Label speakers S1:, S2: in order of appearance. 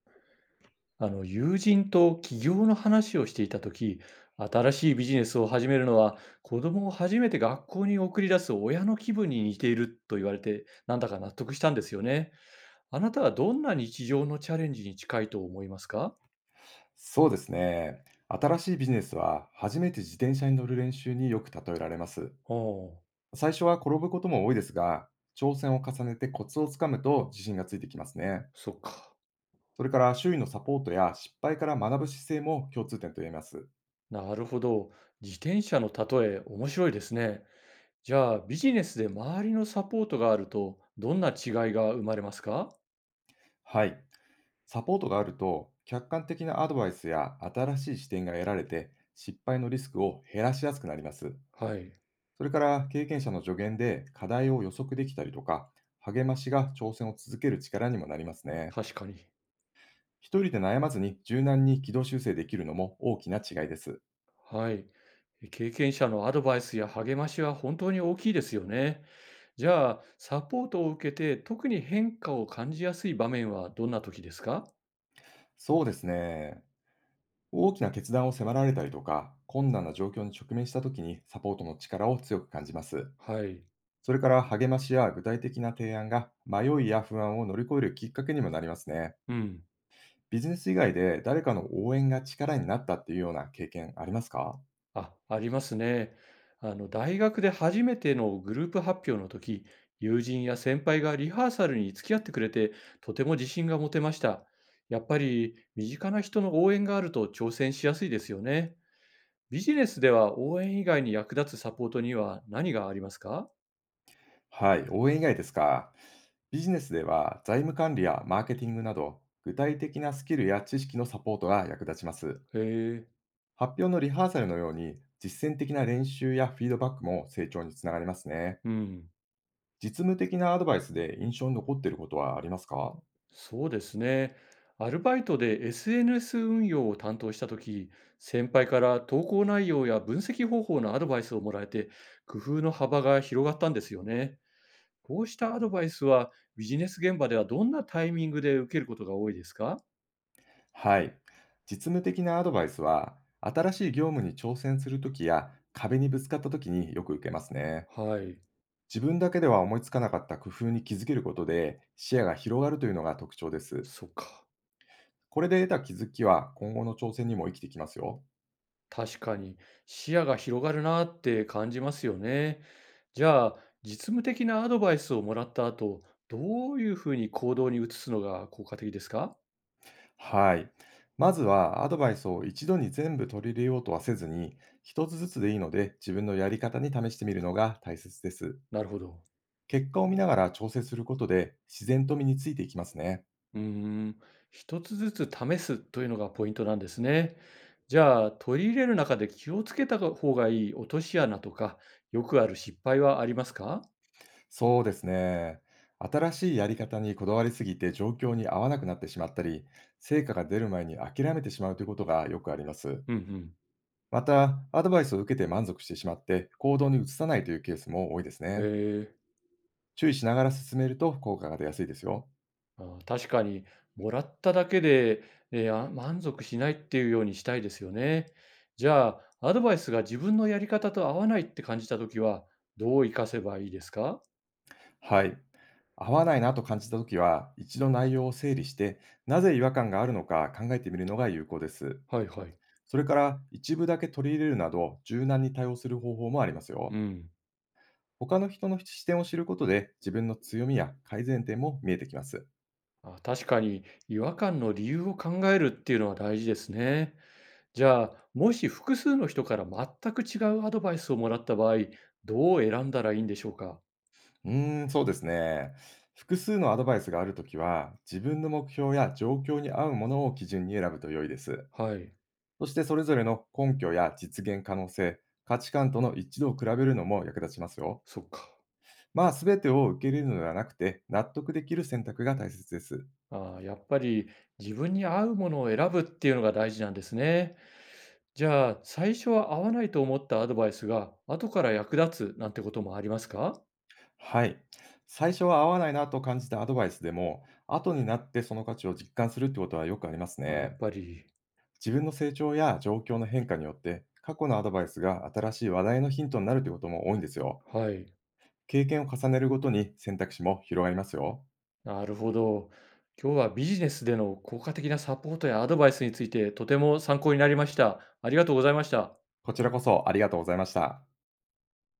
S1: あの友人と起業の話をしていた時、新しいビジネスを始めるのは子供を初めて学校に送り出す親の気分に似ていると言われて、なんだか納得したんですよね。あなたはどんな日常のチャレンジに近いと思いますか？
S2: そうですね。新しいビジネスは初めて自転車に乗る練習によく例えられます。
S1: おう。
S2: 最初は転ぶことも多いですが、挑戦を重ねてコツをつかむと自信がついてきますね。
S1: そっか。
S2: それから、周囲のサポートや失敗から学ぶ姿勢も共通点と言えます。
S1: なるほど。自転車の例え面白いですね。じゃあビジネスで周りのサポートがあるとどんな違いが生まれますか？
S2: はい。サポートがあると、客観的なアドバイスや新しい視点が得られて、失敗のリスクを減らしやすくなります。
S1: はい。
S2: それから、経験者の助言で課題を予測できたりとか、励ましが挑戦を続ける力にもなりますね。
S1: 確かに。
S2: 一人で悩まずに柔軟に軌道修正できるのも大きな違いです。
S1: はい。経験者のアドバイスや励ましは本当に大きいですよね。じゃあ、サポートを受けて特に変化を感じやすい場面はどんな時ですか？
S2: そうですね。大きな決断を迫られたりとか、困難な状況に直面した時にサポートの力を強く感じます。
S1: はい。
S2: それから、励ましや具体的な提案が迷いや不安を乗り越えるきっかけにもなりますね。
S1: うん。
S2: ビジネス以外で誰かの応援が力になったっていうような経験ありますか？
S1: あ、ありますね。大学で初めてのグループ発表の時、友人や先輩がリハーサルに付き合ってくれて、とても自信が持てました。やっぱり身近な人の応援があると挑戦しやすいですよね。ビジネスでは応援以外に役立つサポートには何がありますか？
S2: はい、応援以外ですか。ビジネスでは、財務管理やマーケティングなど具体的なスキルや知識のサポートが役立ちます。
S1: へえ、
S2: 発表のリハーサルのように、実践的な練習やフィードバックも成長につながりますね。
S1: うん、
S2: 実務的なアドバイスで印象に残っていることはありますか？
S1: そうですね。アルバイトで SNS 運用を担当したとき、先輩から投稿内容や分析方法のアドバイスをもらえて、工夫の幅が広がったんですよね。こうしたアドバイスはビジネス現場ではどんなタイミングで受けることが多いですか？
S2: はい。実務的なアドバイスは、新しい業務に挑戦するときや壁にぶつかったときによく受けますね。
S1: はい、
S2: 自分だけでは思いつかなかった工夫に気づけることで視野が広がるというのが特徴です。
S1: そっか。
S2: これで得た気づきは今後の挑戦にも生きてきますよ。
S1: 確かに、視野が広がるなって感じますよね。じゃあ、実務的なアドバイスをもらった後、どういうふうに行動に移すのが効果的ですか？
S2: はい。まずはアドバイスを一度に全部取り入れようとはせずに、一つずつでいいので自分のやり方に試してみるのが大切です。
S1: なるほど。
S2: 結果を見ながら調整することで自然と身についていきますね。
S1: うーん、一つずつ試すというのがポイントなんですね。じゃあ、取り入れる中で気をつけた方がいい落とし穴とか、よくある失敗はありますか？
S2: そうですね。新しいやり方にこだわりすぎて状況に合わなくなってしまったり、成果が出る前に諦めてしまうということがよくあります。
S1: うんうん。
S2: また、アドバイスを受けて満足してしまって行動に移さないというケースも多いです
S1: え
S2: ね。
S1: ー。
S2: 注意しながら進めると効果が出やすいですよ。
S1: ああ、確かに、もらっただけで、満足しないっていうようにしたいですよね。じゃあ、アドバイスが自分のやり方と合わないって感じたときは、どう活かせばいいですか？
S2: はい。合わないなと感じたときは、一度内容を整理して、なぜ違和感があるのか考えてみるのが有効です。
S1: はいはい。
S2: それから、一部だけ取り入れるなど、柔軟に対応する方法もあります
S1: う
S2: よ。
S1: ん。
S2: 他の人の視点を知ることで、自分の強みや改善点も見えてきます。
S1: あ、確かに、違和感の理由を考えるっていうのは大事ですね。じゃあ、もし複数の人から全く違うアドバイスをもらった場合、どう選んだらいいんでしょうか？
S2: うーん、そうですね。複数のアドバイスがあるときは、自分の目標や状況に合うものを基準に選ぶと良いです。
S1: はい、
S2: そして、それぞれの根拠や実現可能性、価値観との一致度を比べるのも役立ちますよ。
S1: そっか。
S2: まあ、すべてを受け入れるのではなくて、納得できる選択が大切です。
S1: ああ、やっぱり自分に合うものを選ぶっていうのが大事なんですね。じゃあ、最初は合わないと思ったアドバイスが、後から役立つなんてこともありますか？
S2: はい。最初は合わないなと感じたアドバイスでも、後になってその価値を実感するってことはよくあります
S1: あ、やっ
S2: ね。
S1: ぱり。
S2: 自分の成長や状況の変化によって、過去のアドバイスが新しい話題のヒントになるってことも多いんですよ。
S1: はい、
S2: 経験を重ねるごとに選択肢も広がりますよ。
S1: なるほど。今日はビジネスでの効果的なサポートやアドバイスについて、とても参考になりました。ありがとうございました。
S2: こちらこそありがとうございました。